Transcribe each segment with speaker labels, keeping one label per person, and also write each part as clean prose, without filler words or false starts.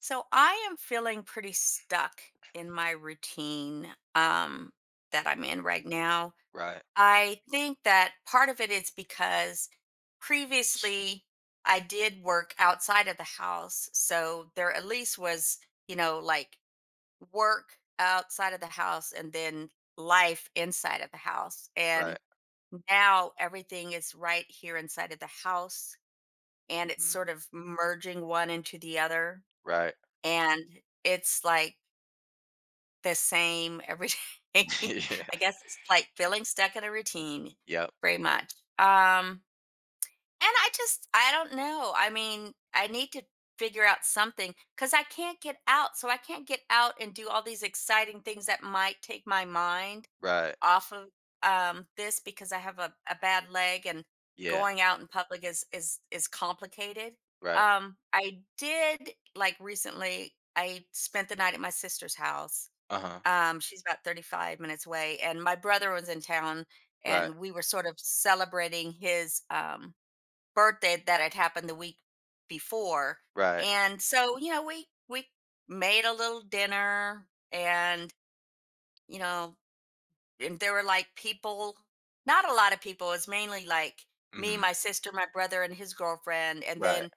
Speaker 1: So I am feeling pretty stuck in my routine that I'm in right now.
Speaker 2: Right,
Speaker 1: I think that part of it is because previously I did work outside of the house. So there at least was, you know, like work outside of the house and then life inside of the house. And
Speaker 2: right,
Speaker 1: now everything is right here inside of the house, and it's
Speaker 2: mhm,
Speaker 1: sort of merging one into the other.
Speaker 2: right,
Speaker 1: And it's like, the same every day.
Speaker 2: yeah,
Speaker 1: I guess it's like feeling stuck in a routine
Speaker 2: yep,
Speaker 1: very much. Um, and I just, I don't know. I mean, I need to figure out something because I can't get out. So I can't get out and do all these exciting things that might take my mind
Speaker 2: right,
Speaker 1: off of this, because I have a bad leg, and
Speaker 2: yeah,
Speaker 1: going out in public is complicated.
Speaker 2: right,
Speaker 1: I did like recently, I spent the night at my sister's house.
Speaker 2: uh-huh,
Speaker 1: She's about 35 minutes away, and my brother was in town,
Speaker 2: right,
Speaker 1: and we were sort of celebrating his birthday that had happened the week before.
Speaker 2: right,
Speaker 1: And so, you know, we made a little dinner, and you know, and there were like people, not a lot of people. It was mainly like me,
Speaker 2: mhm,
Speaker 1: my sister, my brother, and his girlfriend, and
Speaker 2: right,
Speaker 1: then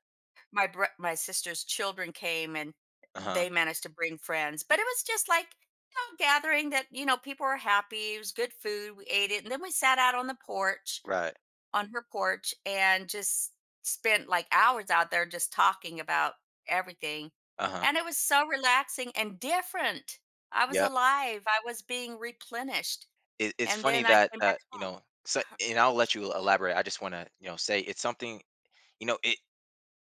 Speaker 1: my sister's children came, and
Speaker 2: uh-huh,
Speaker 1: they managed to bring friends. But it was just like, you know, gathering that, you know, people were happy. It was good food. We ate it. And then we sat out on the porch,
Speaker 2: right,
Speaker 1: on her porch, and just spent like hours out there just talking about everything.
Speaker 2: uh-huh,
Speaker 1: And it was so relaxing and different. I was
Speaker 2: yep.
Speaker 1: alive. I was being replenished.
Speaker 2: It's
Speaker 1: And
Speaker 2: funny
Speaker 1: then I
Speaker 2: that,
Speaker 1: came back home.
Speaker 2: so, and I'll let you elaborate. I just want to, say it's something, you know, it,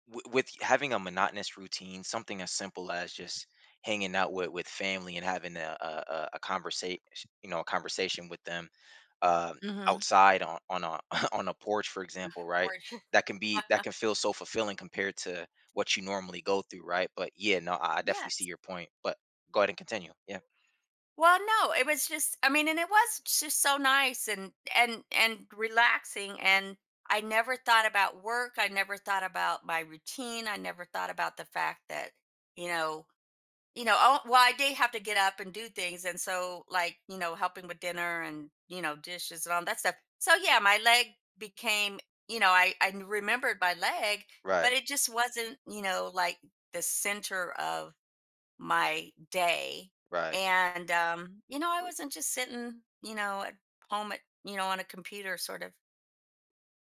Speaker 2: with having a monotonous routine, something as simple as just hanging out with family and having a conversation, a conversation with them um
Speaker 1: Hmm.
Speaker 2: outside on a on a porch, for example, right? That can feel so fulfilling compared to what you normally go through, right? But yeah, no, I definitely see
Speaker 1: Yes.
Speaker 2: your point. But go ahead and continue. Yeah.
Speaker 1: Well, no, it was just, I mean, and it was just so nice and relaxing, and I never thought about work, I never thought about my routine, I never thought about the fact that, you know, you know, oh, well, I did have to get up and do things, and so like, you know, helping with dinner and, you know, dishes and all that stuff. So yeah, my leg became, you know, I remembered my leg,
Speaker 2: Right.
Speaker 1: but it just wasn't, you know, like the center of my day.
Speaker 2: Right.
Speaker 1: And, you know, I wasn't just sitting, you know, at home at, you know, on a computer, sort of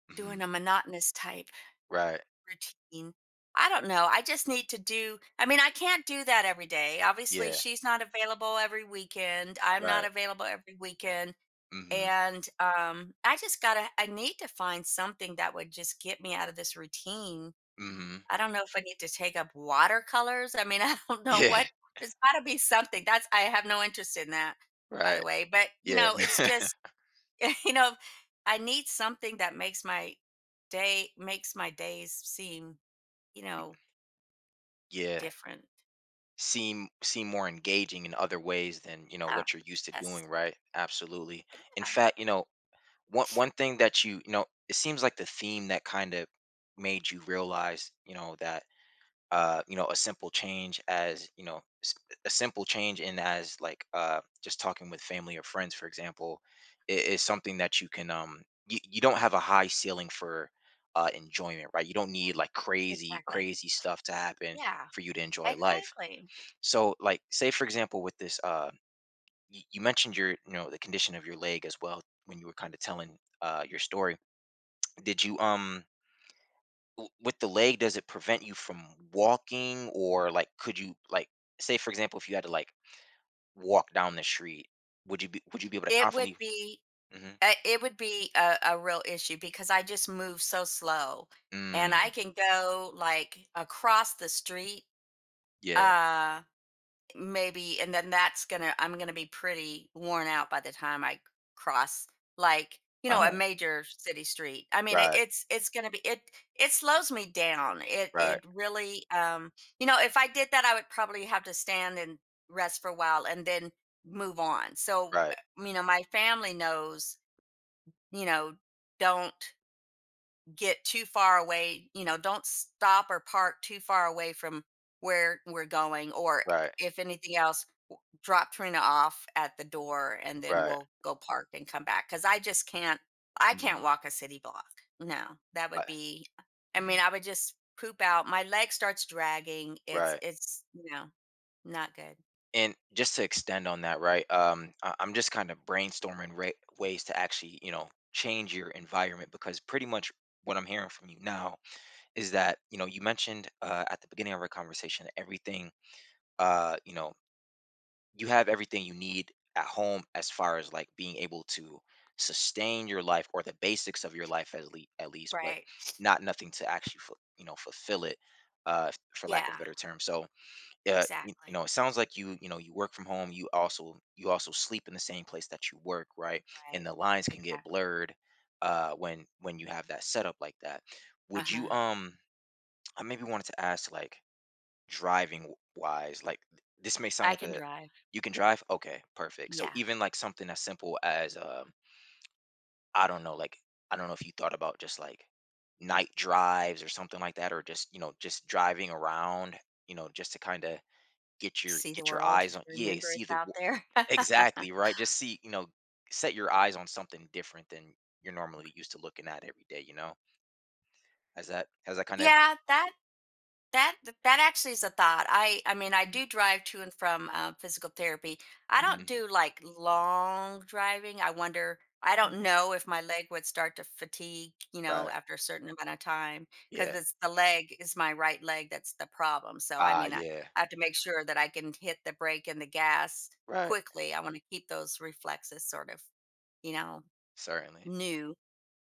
Speaker 2: hmm
Speaker 1: doing a monotonous type
Speaker 2: Right.
Speaker 1: routine. I don't know. I just need to do, I mean, I can't do that every day. Obviously,
Speaker 2: Yeah.
Speaker 1: she's not available every weekend. I'm not
Speaker 2: Right.
Speaker 1: available every weekend.
Speaker 2: hmm
Speaker 1: And I just got to, I need to find something that would just get me out of this routine.
Speaker 2: hmm
Speaker 1: I don't know if I need to take up watercolors. I mean, I don't know
Speaker 2: Yeah.
Speaker 1: what, there's got to be something. That's, I have no interest in that, by
Speaker 2: Right.
Speaker 1: the way. But you
Speaker 2: Yeah.
Speaker 1: know, it's just you know, I need something that makes my day, makes my days seem, you know,
Speaker 2: yeah.
Speaker 1: different.
Speaker 2: Seem more engaging in other ways than you know
Speaker 1: Yeah.
Speaker 2: what you're used to doing,
Speaker 1: Yes.
Speaker 2: right? Absolutely. In
Speaker 1: Yeah.
Speaker 2: fact, one thing that it seems like the theme that kind of made you realize that a simple change as a simple change in as like just talking with family or friends, for example, is something that you can you don't have a high ceiling for enjoyment, right? You don't need like crazy
Speaker 1: Exactly.
Speaker 2: crazy stuff to happen
Speaker 1: Yeah.
Speaker 2: for you to enjoy life.
Speaker 1: Exactly.
Speaker 2: So, like, say for example, with this, you mentioned the condition of your leg as well when you were kind of telling your story. Did you, um, with the leg, does it prevent you from walking, or like, could you, like, say for example, if you had to like walk down the street, would you be able to
Speaker 1: It would
Speaker 2: confidently?
Speaker 1: be
Speaker 2: Hmm
Speaker 1: it would be a real issue because I just move so slow, and I
Speaker 2: Mm,
Speaker 1: can go like across the street.
Speaker 2: yeah.
Speaker 1: Uh, maybe, and then that's gonna, I'm gonna be pretty worn out by the time I cross like, you know, a
Speaker 2: Oh,
Speaker 1: major city street. I mean
Speaker 2: right,
Speaker 1: it's gonna be it, it slows me down, it
Speaker 2: right,
Speaker 1: it really, um, you know, if I did that, I would probably have to stand and rest for a while and then move on. So
Speaker 2: right,
Speaker 1: you know, my family knows, you know, don't get too far away, you know, don't stop or park too far away from where we're going, or
Speaker 2: right,
Speaker 1: if anything else, drop Trina off at the door and then
Speaker 2: right.
Speaker 1: we'll go park and come back, because I just can't. I
Speaker 2: Mm-hmm.
Speaker 1: can't walk a city block. No, that
Speaker 2: I,
Speaker 1: would be. I mean,
Speaker 2: mhm,
Speaker 1: I would just poop out. My leg starts dragging. It's
Speaker 2: Right.
Speaker 1: it's you know, not good.
Speaker 2: And just to extend on that, right? I'm just kind of brainstorming, ways to actually change your environment, because pretty much what I'm hearing from you now is that you mentioned at the beginning of our conversation that everything, uh you know you have everything you need at home as far as like being able to sustain your life or the basics of your life, at least, but
Speaker 1: Right.
Speaker 2: not nothing to actually fulfill it, for lack of a
Speaker 1: Yeah.
Speaker 2: better term. So
Speaker 1: Exactly.
Speaker 2: it sounds like you know, you work from home. You also sleep in the same place that you work, right? And
Speaker 1: Right.
Speaker 2: the lines can get
Speaker 1: Exactly.
Speaker 2: blurred, when you have that setup like that.
Speaker 1: Uh
Speaker 2: Would you,
Speaker 1: huh.
Speaker 2: um, I maybe wanted to ask, like, driving wise, like, this may
Speaker 1: I
Speaker 2: sound like
Speaker 1: can
Speaker 2: a,
Speaker 1: drive.
Speaker 2: you can drive. Okay, perfect. So
Speaker 1: Yeah.
Speaker 2: even like something as simple as, I don't know, like, I don't know if you thought about just like night drives or something like that, or just driving around, just to kind of get your
Speaker 1: See the
Speaker 2: get your
Speaker 1: world.
Speaker 2: eyes on. Yeah,
Speaker 1: Remember
Speaker 2: see
Speaker 1: it's
Speaker 2: the
Speaker 1: out
Speaker 2: wo.
Speaker 1: there.
Speaker 2: Exactly, right? Just see, set your eyes on something different than you're normally used to looking at every day, you know? Has that kinda
Speaker 1: Yeah. That actually is a thought. I mean, I
Speaker 2: Mhm,
Speaker 1: do drive to and from physical therapy. I don't
Speaker 2: mhm,
Speaker 1: do like long driving. I wonder. I don't
Speaker 2: yeah,
Speaker 1: know if my leg would start to fatigue, you know,
Speaker 2: right,
Speaker 1: after a certain amount of time, because
Speaker 2: yeah.
Speaker 1: it's, the leg is my right leg that's the problem. So I
Speaker 2: Ah,
Speaker 1: mean,
Speaker 2: yeah,
Speaker 1: I have to make sure that I can hit the brake and the gas
Speaker 2: right,
Speaker 1: quickly. I want to keep those reflexes sort of, you know,
Speaker 2: certainly.
Speaker 1: new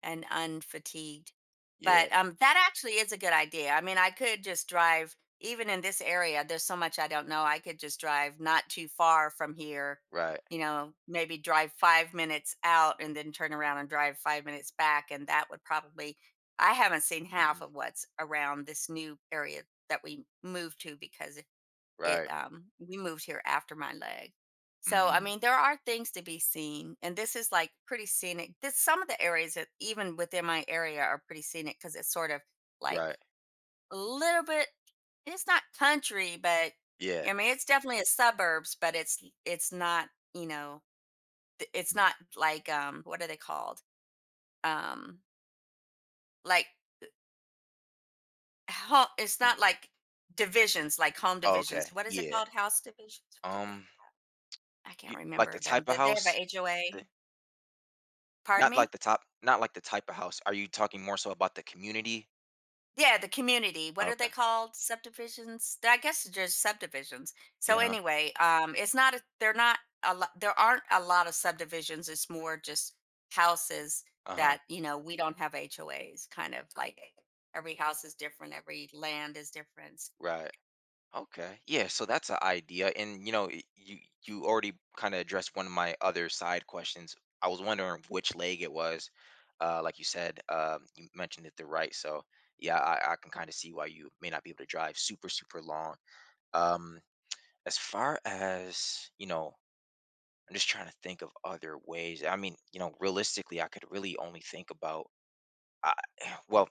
Speaker 1: and unfatigued.
Speaker 2: Yeah,
Speaker 1: But that actually is a good idea. I mean, I could just drive, even in this area, there's so much I don't know. I could just drive not too far from here,
Speaker 2: right,
Speaker 1: you know, maybe drive 5 minutes out and then turn around and drive 5 minutes back. And that would probably, I haven't seen half
Speaker 2: mhm,
Speaker 1: of what's around this new area that we moved to, because it,
Speaker 2: right,
Speaker 1: we moved here after my leg. So I
Speaker 2: mm,
Speaker 1: mean, there are things to be seen, and this is like pretty scenic. This, some of the areas that even within my area are pretty scenic, because it's sort of like
Speaker 2: right,
Speaker 1: a little bit, it's not country, but
Speaker 2: yeah,
Speaker 1: I mean it's definitely a suburbs, but it's not, you know, it's
Speaker 2: mhm,
Speaker 1: not like, what are they called, um like, it's
Speaker 2: mm.
Speaker 1: not like divisions, like home
Speaker 2: Oh,
Speaker 1: divisions,
Speaker 2: okay,
Speaker 1: what is it
Speaker 2: yeah.
Speaker 1: called, house divisions or something.
Speaker 2: Um,
Speaker 1: I can't
Speaker 2: you like the
Speaker 1: remember them.
Speaker 2: type of
Speaker 1: Did they have
Speaker 2: house?
Speaker 1: a
Speaker 2: Eh,
Speaker 1: HOA? Pardon
Speaker 2: not like
Speaker 1: me?
Speaker 2: the top not like the type of house, are you talking more so about the community?
Speaker 1: Yeah, the community. What are
Speaker 2: Okay,
Speaker 1: they called? Subdivisions? I guess it's just subdivisions. So
Speaker 2: yeah,
Speaker 1: anyway, it's not. A, they're not a lot. There aren't a lot of subdivisions. It's more just houses
Speaker 2: uh-huh,
Speaker 1: that, you know, we don't have HOAs. Kind of like every house is different. Every land is different.
Speaker 2: right. Okay. Yeah, so that's an idea. And you know, you you already kind of addressed one of my other side questions. I was wondering which leg it was. Like you said, you mentioned it the right. So yeah, I can kind of see why you may not be able to drive super, super long. Um, as far as, you know, I'm just trying to think of other ways. I mean, you know, realistically, I could really only think about I, well,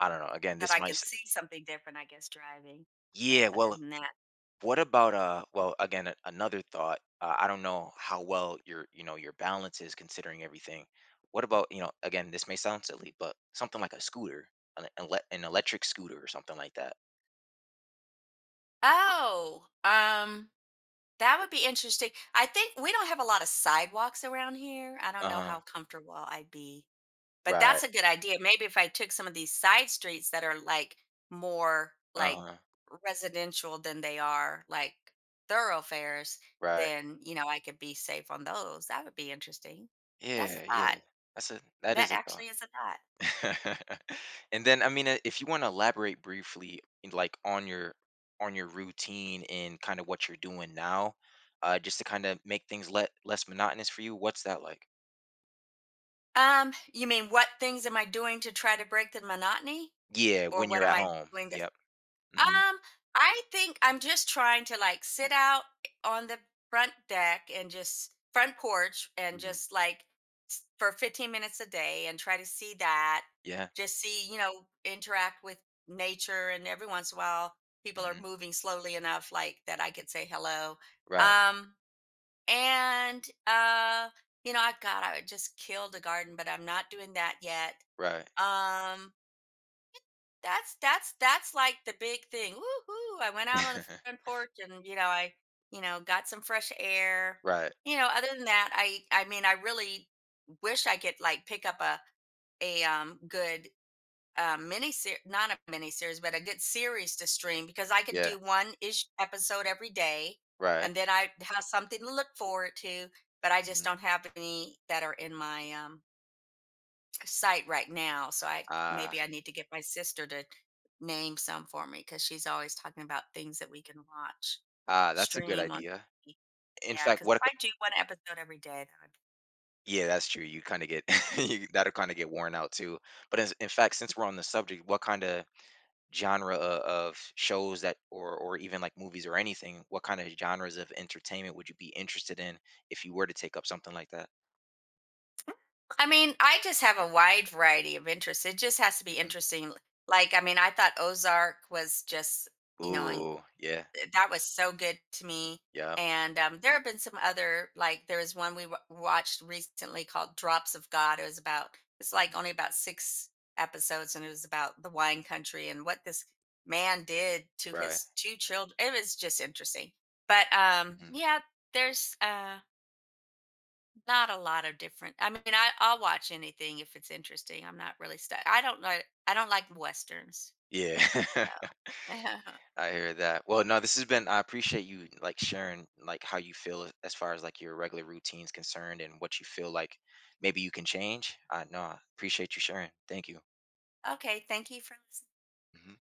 Speaker 2: I don't know. Again,
Speaker 1: That
Speaker 2: this
Speaker 1: I
Speaker 2: might
Speaker 1: can see something different. I guess driving, but
Speaker 2: yeah,
Speaker 1: other
Speaker 2: well,
Speaker 1: than that,
Speaker 2: what about well, again, another thought, I don't know how well your, your balance is, considering everything. What about, again, this may sound silly, but something like a scooter, an an electric scooter or something like that.
Speaker 1: oh, that would be interesting. I think we don't have a lot of sidewalks around here. I don't know
Speaker 2: Uh-huh.
Speaker 1: how comfortable I'd be, but
Speaker 2: Right.
Speaker 1: that's a good idea. Maybe if I took some of these side streets that are like more like
Speaker 2: Uh-huh.
Speaker 1: residential than they are like thoroughfares,
Speaker 2: Right.
Speaker 1: then, you know, I could be safe on those. That would be interesting. That's
Speaker 2: Yeah,
Speaker 1: a
Speaker 2: yeah.
Speaker 1: thought.
Speaker 2: That
Speaker 1: That
Speaker 2: is a thought.
Speaker 1: actually is a thought.
Speaker 2: And then I mean, if you want to elaborate briefly in, like on your routine and kind of what you're doing now, just to kind of make things let less monotonous for you, what's that like?
Speaker 1: You mean what things am I doing to try to break the monotony?
Speaker 2: Yeah,
Speaker 1: Or
Speaker 2: when
Speaker 1: what
Speaker 2: you're
Speaker 1: am
Speaker 2: at
Speaker 1: I
Speaker 2: home.
Speaker 1: doing this?
Speaker 2: Yep. Mhm,
Speaker 1: Um, I think I'm just trying to like sit out on the front porch and
Speaker 2: mhm.
Speaker 1: just like for 15 minutes a day and try to see that.
Speaker 2: Yeah.
Speaker 1: Just see, you know, interact with nature, and every once in a while people are
Speaker 2: Mhm.
Speaker 1: moving slowly enough like that I could say hello.
Speaker 2: Right,
Speaker 1: Um, and you know, I, God, I would just kill the garden, but I'm not doing that yet.
Speaker 2: right.
Speaker 1: Um, that's that's like the big thing. Woohoo! I went out on the front porch and you know, I, you know, got some fresh air.
Speaker 2: Right.
Speaker 1: You know, other than that, I mean, I really wish I could like pick up a, good, a mini series, not a mini series, but a good series to stream, because I could
Speaker 2: Yeah,
Speaker 1: do one ish episode every day
Speaker 2: right.
Speaker 1: and then I have something to look forward to, but I just
Speaker 2: Mhm.
Speaker 1: don't have any that are in my, site right now. So I,
Speaker 2: Ah,
Speaker 1: maybe I need to get my sister to name some for me, because she's always talking about things that we can watch,
Speaker 2: ah, that's a good
Speaker 1: stream on.
Speaker 2: idea.
Speaker 1: TV.
Speaker 2: In
Speaker 1: Yeah,
Speaker 2: fact,
Speaker 1: because if
Speaker 2: what
Speaker 1: I do one episode every day, that,
Speaker 2: yeah, that's true. You kinda get you that'll kinda get worn out too. But as in fact, since we're on the subject, what kinda genre o of shows that or even, like, movies or anything, what kinda genres of entertainment would you be interested in if you were to take up something like that?
Speaker 1: I mean, I just have a wide variety of interests. It just has to be
Speaker 2: Mhm.
Speaker 1: interesting. Like, I mean, I thought Ozark was just, you know, and
Speaker 2: Ooh, yeah.
Speaker 1: that was so good to me.
Speaker 2: Yep.
Speaker 1: And there have been some other, like, there was one we watched recently called Drops of God. It was about, it's
Speaker 2: Mhm.
Speaker 1: like only about 6 episodes, and it was about the wine country and what this man did to
Speaker 2: Right.
Speaker 1: his two children. It was just interesting. But
Speaker 2: Mhm.
Speaker 1: yeah, there's, not a lot of different. I mean, I, I'll watch anything if it's interesting. I'm not really stuck. I don't like, I don't like westerns.
Speaker 2: Yeah,
Speaker 1: So.
Speaker 2: I hear that. Well, no, this has been I appreciate you like sharing like how you feel as far as like your regular routine's concerned and what you feel like maybe you can change. I no, I appreciate you sharing. Thank you.
Speaker 1: Okay, thank you for
Speaker 2: Mhm.